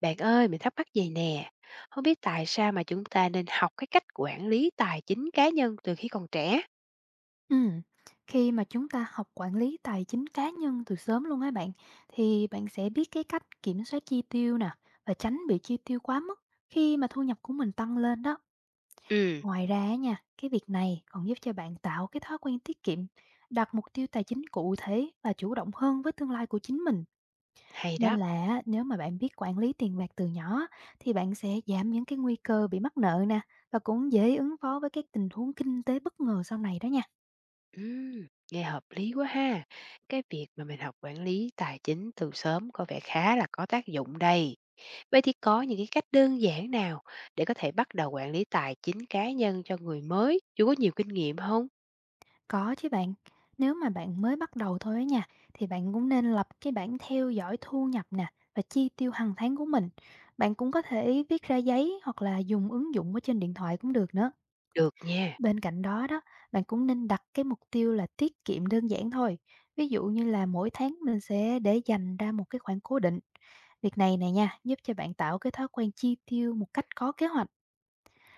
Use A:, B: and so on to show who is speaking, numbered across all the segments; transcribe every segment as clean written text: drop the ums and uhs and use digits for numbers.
A: Bạn ơi, mình thắc mắc gì nè? Không biết tại sao mà chúng ta nên học cái cách quản lý tài chính cá nhân từ khi còn trẻ?
B: Ừm, khi mà chúng ta học quản lý tài chính cá nhân từ sớm luôn á bạn, thì bạn sẽ biết cái cách kiểm soát chi tiêu nè và tránh bị chi tiêu quá mức khi mà thu nhập của mình tăng lên đó.
A: Ừ,
B: Ngoài ra á nha, cái việc này còn giúp cho bạn tạo cái thói quen tiết kiệm, đặt mục tiêu tài chính cụ thể và chủ động hơn với tương lai của chính mình.
A: hay đó.
B: Nên là á, nếu mà bạn biết quản lý tiền bạc từ nhỏ thì bạn sẽ giảm những cái nguy cơ bị mắc nợ nè và cũng dễ ứng phó với các tình huống kinh tế bất ngờ sau này đó nha.
A: Ừ, nghe hợp lý quá ha. Cái việc mà mình học quản lý tài chính từ sớm có vẻ khá là có tác dụng đây. Vậy thì có những cái cách đơn giản nào để có thể bắt đầu quản lý tài chính cá nhân cho người mới, chưa có nhiều kinh nghiệm không?
B: Có chứ bạn, nếu mà bạn mới bắt đầu thôi á nha, thì bạn cũng nên lập cái bảng theo dõi thu nhập nè và chi tiêu hàng tháng của mình. Bạn cũng có thể viết ra giấy hoặc là dùng ứng dụng ở trên điện thoại cũng được nữa.
A: Được nha,
B: Bên cạnh đó đó, bạn cũng nên đặt cái mục tiêu là tiết kiệm đơn giản thôi. Ví dụ như là mỗi tháng mình sẽ để dành ra một cái khoản cố định. Việc này này nha, giúp cho bạn tạo cái thói quen chi tiêu một cách có kế hoạch.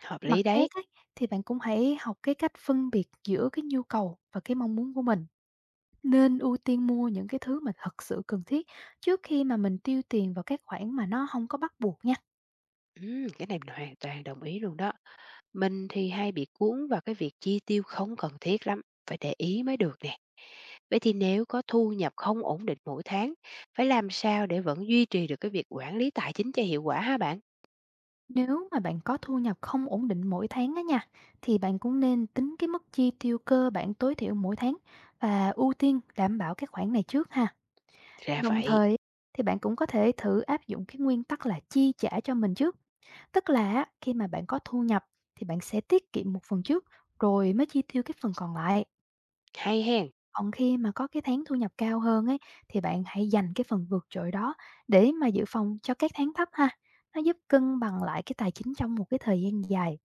A: hợp
B: Mặt
A: lý
B: khác
A: đấy.
B: ấy, thì bạn cũng hãy học cái cách phân biệt giữa cái nhu cầu và cái mong muốn của mình, nên ưu tiên mua những cái thứ mà thật sự cần thiết trước khi mà mình tiêu tiền vào các khoản mà nó không có bắt buộc nha.
A: Ừ, cái này mình hoàn toàn đồng ý luôn đó. Mình thì hay bị cuốn vào cái việc chi tiêu không cần thiết lắm, phải để ý mới được nè. Vậy thì nếu có thu nhập không ổn định mỗi tháng, phải làm sao để vẫn duy trì được cái việc quản lý tài chính cho hiệu quả ha bạn?
B: Nếu mà bạn có thu nhập không ổn định mỗi tháng á nha, thì bạn cũng nên tính cái mức chi tiêu cơ bản tối thiểu mỗi tháng và ưu tiên đảm bảo các khoản này trước ha.
A: Ra
B: Đồng
A: vậy,
B: thời thì bạn cũng có thể thử áp dụng cái nguyên tắc là chi trả cho mình trước, tức là á, khi mà bạn có thu nhập thì bạn sẽ tiết kiệm một phần trước rồi mới chi tiêu cái phần còn lại.
A: hay hen,
B: Còn khi mà có cái tháng thu nhập cao hơn ấy, thì bạn hãy dành cái phần vượt trội đó để mà dự phòng cho các tháng thấp ha. Nó giúp cân bằng lại cái tài chính trong một cái thời gian dài.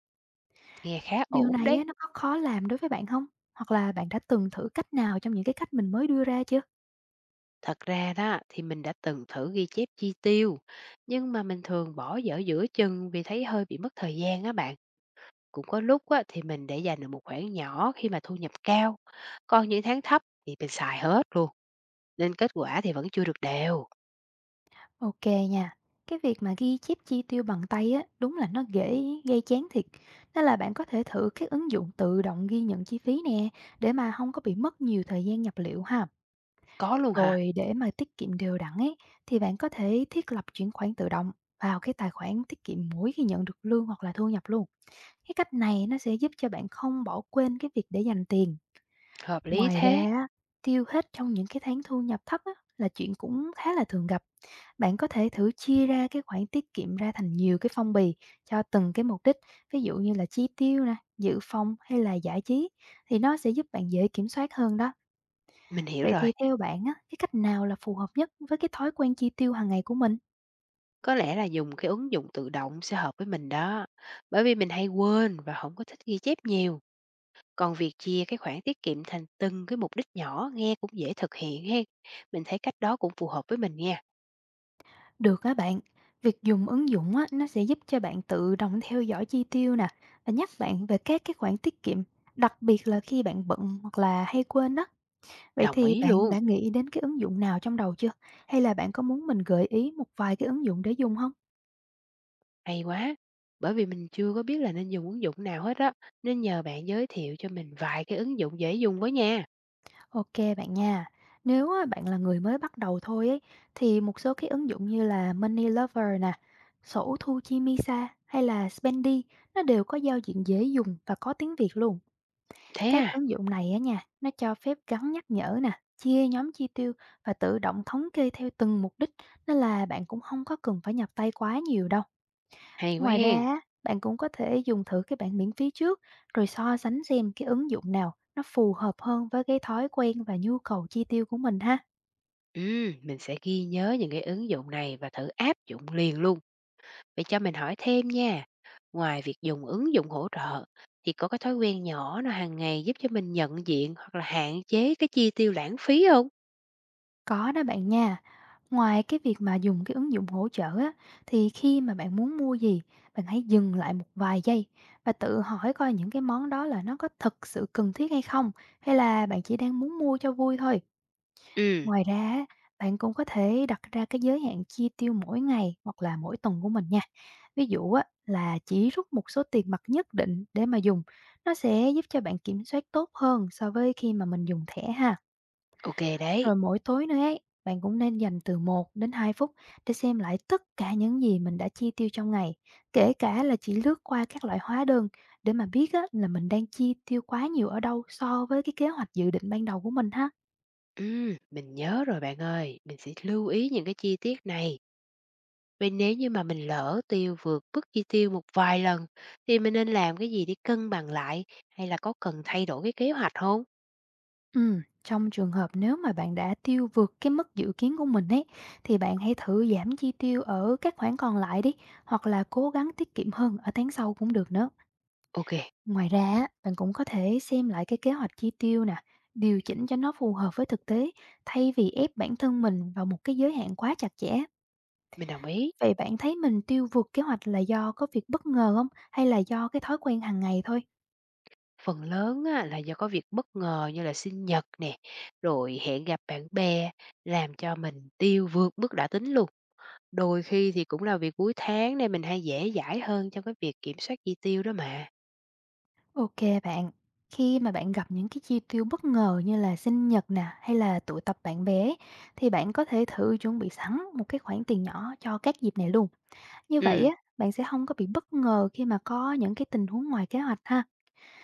A: nghe khá
B: Điều
A: ổn
B: này
A: đấy.
B: á, nó có khó làm đối với bạn không? Hoặc là bạn đã từng thử cách nào trong những cái cách mình mới đưa ra chưa?
A: Thật ra đó thì mình đã từng thử ghi chép chi tiêu, nhưng mà mình thường bỏ dở giữa chừng vì thấy hơi bị mất thời gian á bạn. Cũng có lúc á, thì mình để dành được một khoản nhỏ khi mà thu nhập cao, còn những tháng thấp thì mình xài hết luôn nên kết quả thì vẫn chưa được đều.
B: Ok nha. Cái việc mà ghi chép chi tiêu bằng tay á, đúng là nó dễ gây chán thiệt. Nên là bạn có thể thử các ứng dụng tự động ghi nhận chi phí nè, để mà không có bị mất nhiều thời gian nhập liệu ha.
A: Có luôn hả?
B: Rồi để mà tiết kiệm đều đặn ấy, thì bạn có thể thiết lập chuyển khoản tự động vào cái tài khoản tiết kiệm mỗi khi nhận được lương hoặc là thu nhập luôn. Cái cách này nó sẽ giúp cho bạn không bỏ quên cái việc để dành tiền.
A: Hợp lý
B: Ngoài
A: thế,
B: ra, á, tiêu hết trong những cái tháng thu nhập thấp á, là chuyện cũng khá là thường gặp. Bạn có thể thử chia ra cái khoản tiết kiệm ra thành nhiều cái phong bì cho từng cái mục đích, ví dụ như là chi tiêu nè, dự phòng hay là giải trí, thì nó sẽ giúp bạn dễ kiểm soát hơn đó.
A: mình hiểu
B: Vậy
A: rồi.
B: thì theo bạn á, cái cách nào là phù hợp nhất với cái thói quen chi tiêu hàng ngày của mình?
A: Có lẽ là dùng cái ứng dụng tự động sẽ hợp với mình đó. Bởi vì mình hay quên và không có thích ghi chép nhiều. Còn việc chia cái khoản tiết kiệm thành từng cái mục đích nhỏ nghe cũng dễ thực hiện hen. Mình thấy cách đó cũng phù hợp với mình nha.
B: Được á bạn, việc dùng ứng dụng á, nó sẽ giúp cho bạn tự động theo dõi chi tiêu nè và nhắc bạn về các cái khoản tiết kiệm, đặc biệt là khi bạn bận hoặc là hay quên đó. Vậy
A: Đồng
B: thì
A: ý
B: bạn
A: luôn.
B: đã nghĩ đến cái ứng dụng nào trong đầu chưa? Hay là bạn có muốn mình gợi ý một vài cái ứng dụng để dùng không?
A: Hay quá. Bởi vì mình chưa có biết là nên dùng ứng dụng nào hết á, nên nhờ bạn giới thiệu cho mình vài cái ứng dụng dễ dùng với nha.
B: Ok bạn nha. Nếu á, bạn là người mới bắt đầu thôi ấy, thì một số cái ứng dụng như là Money Lover nè, sổ thu chi Misa hay là Spendy, nó đều có giao diện dễ dùng và có tiếng Việt luôn.
A: Thế
B: Các
A: à,
B: ứng dụng này á nha, nó cho phép gắn nhắc nhở nè, chia nhóm chi tiêu và tự động thống kê theo từng mục đích, nên là bạn cũng không có cần phải nhập tay quá nhiều đâu.
A: hay quá
B: Ngoài
A: hen.
B: ra, á, bạn cũng có thể dùng thử cái bản miễn phí trước rồi so sánh xem cái ứng dụng nào nó phù hợp hơn với cái thói quen và nhu cầu chi tiêu của mình ha.
A: Mình sẽ ghi nhớ những cái ứng dụng này và thử áp dụng liền luôn. Vậy cho mình hỏi thêm nha, ngoài việc dùng ứng dụng hỗ trợ thì có cái thói quen nhỏ nào hàng ngày giúp cho mình nhận diện hoặc là hạn chế cái chi tiêu lãng phí không?
B: Có đó bạn nha, ngoài cái việc mà dùng cái ứng dụng hỗ trợ á, thì khi mà bạn muốn mua gì, bạn hãy dừng lại một vài giây và tự hỏi coi những cái món đó là nó có thực sự cần thiết hay không, hay là bạn chỉ đang muốn mua cho vui thôi.
A: Ừ,
B: Ngoài ra á, bạn cũng có thể đặt ra cái giới hạn chi tiêu mỗi ngày hoặc là mỗi tuần của mình nha. Ví dụ á, là chỉ rút một số tiền mặt nhất định để mà dùng, nó sẽ giúp cho bạn kiểm soát tốt hơn so với khi mà mình dùng thẻ ha.
A: ok đấy.
B: Rồi mỗi tối nữa ấy, bạn cũng nên dành từ 1 đến 2 phút để xem lại tất cả những gì mình đã chi tiêu trong ngày, kể cả là chỉ lướt qua các loại hóa đơn, để mà biết á, là mình đang chi tiêu quá nhiều ở đâu so với cái kế hoạch dự định ban đầu của mình ha.
A: Mình nhớ rồi bạn ơi, mình sẽ lưu ý những cái chi tiết này. Vậy nếu như mà mình lỡ tiêu vượt mức chi tiêu một vài lần thì mình nên làm cái gì để cân bằng lại hay là có cần thay đổi cái kế hoạch không?
B: Trong trường hợp nếu mà bạn đã tiêu vượt cái mức dự kiến của mình ấy, thì bạn hãy thử giảm chi tiêu ở các khoản còn lại đi, hoặc là cố gắng tiết kiệm hơn ở tháng sau cũng được nữa.
A: Ok,
B: Ngoài ra, á, bạn cũng có thể xem lại cái kế hoạch chi tiêu nè, điều chỉnh cho nó phù hợp với thực tế, thay vì ép bản thân mình vào một cái giới hạn quá chặt chẽ.
A: mình đồng ý.
B: Vậy bạn thấy mình tiêu vượt kế hoạch là do có việc bất ngờ không, hay là do cái thói quen hàng ngày thôi?
A: Phần lớn á, là do có việc bất ngờ như là sinh nhật nè, rồi hẹn gặp bạn bè làm cho mình tiêu vượt mức đã tính luôn. Đôi khi thì cũng là vì cuối tháng nên mình hay dễ dãi hơn trong cái việc kiểm soát chi tiêu đó mà.
B: Ok bạn, khi mà bạn gặp những cái chi tiêu bất ngờ như là sinh nhật nè hay là tụ tập bạn bè ấy, thì bạn có thể thử chuẩn bị sẵn một cái khoản tiền nhỏ cho các dịp này luôn. Như vậy
A: Ừ,
B: á, bạn sẽ không có bị bất ngờ khi mà có những cái tình huống ngoài kế hoạch ha.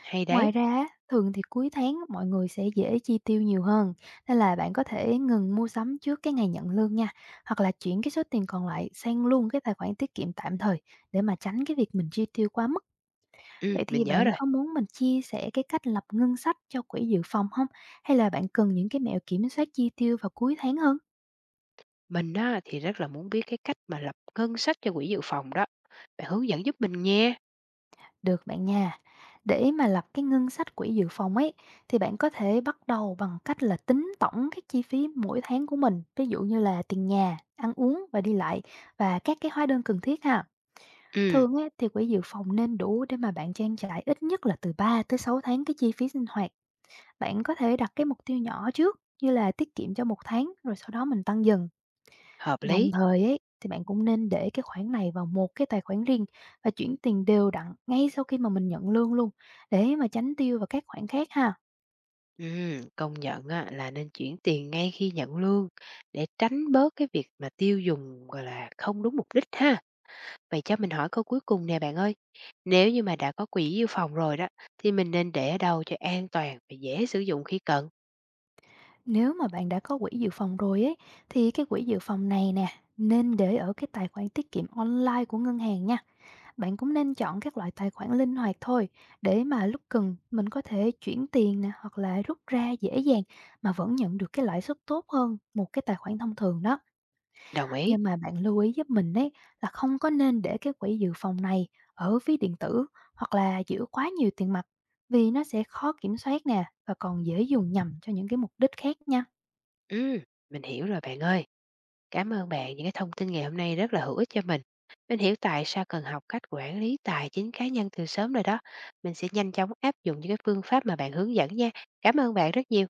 A: hay đấy.
B: Ngoài ra, á, thường thì cuối tháng mọi người sẽ dễ chi tiêu nhiều hơn, nên là bạn có thể ngừng mua sắm trước cái ngày nhận lương nha, hoặc là chuyển cái số tiền còn lại sang luôn cái tài khoản tiết kiệm tạm thời để mà tránh cái việc mình chi tiêu quá mức.
A: Ừ,
B: Vậy
A: mình
B: thì
A: nhớ
B: bạn
A: rồi.
B: có muốn mình chia sẻ cái cách lập ngân sách cho quỹ dự phòng không? Hay là bạn cần những cái mẹo kiểm soát chi tiêu vào cuối tháng hơn?
A: Mình á, thì rất là muốn biết cái cách mà lập ngân sách cho quỹ dự phòng đó. Bạn hướng dẫn giúp mình nha.
B: Được bạn nha. Để mà lập cái ngân sách quỹ dự phòng ấy, thì bạn có thể bắt đầu bằng cách là tính tổng các chi phí mỗi tháng của mình, ví dụ như là tiền nhà, ăn uống và đi lại, và các cái hóa đơn cần thiết ha.
A: Ừ,
B: Thường ấy, thì quỹ dự phòng nên đủ để mà bạn trang trải ít nhất là từ 3 tới 6 tháng cái chi phí sinh hoạt. Bạn có thể đặt cái mục tiêu nhỏ trước như là tiết kiệm cho một tháng rồi sau đó mình tăng dần.
A: hợp
B: Đồng
A: lý.
B: thời ấy thì bạn cũng nên để cái khoản này vào một cái tài khoản riêng và chuyển tiền đều đặn ngay sau khi mà mình nhận lương luôn, để mà tránh tiêu vào các khoản khác ha.
A: Ừ, công nhận á, là nên chuyển tiền ngay khi nhận lương để tránh bớt cái việc mà tiêu dùng gọi là không đúng mục đích ha. Vậy cho mình hỏi câu cuối cùng nè bạn ơi, nếu như mà đã có quỹ dự phòng rồi đó, thì mình nên để ở đâu cho an toàn và dễ sử dụng khi cần?
B: Nếu mà bạn đã có quỹ dự phòng rồi ấy, thì cái quỹ dự phòng này nè nên để ở cái tài khoản tiết kiệm online của ngân hàng nha. Bạn cũng nên chọn các loại tài khoản linh hoạt thôi để mà lúc cần mình có thể chuyển tiền nè hoặc là rút ra dễ dàng mà vẫn nhận được cái lãi suất tốt hơn một cái tài khoản thông thường đó.
A: Đồng ý.
B: Nhưng mà bạn lưu ý giúp mình đấy, là không có nên để cái quỹ dự phòng này ở ví điện tử hoặc là giữ quá nhiều tiền mặt, vì nó sẽ khó kiểm soát nè và còn dễ dùng nhầm cho những cái mục đích khác nha.
A: Ừm, mình hiểu rồi bạn ơi. Cảm ơn bạn những cái thông tin ngày hôm nay rất là hữu ích cho mình. Mình hiểu tại sao cần học cách quản lý tài chính cá nhân từ sớm rồi đó. Mình sẽ nhanh chóng áp dụng những cái phương pháp mà bạn hướng dẫn nha. Cảm ơn bạn rất nhiều.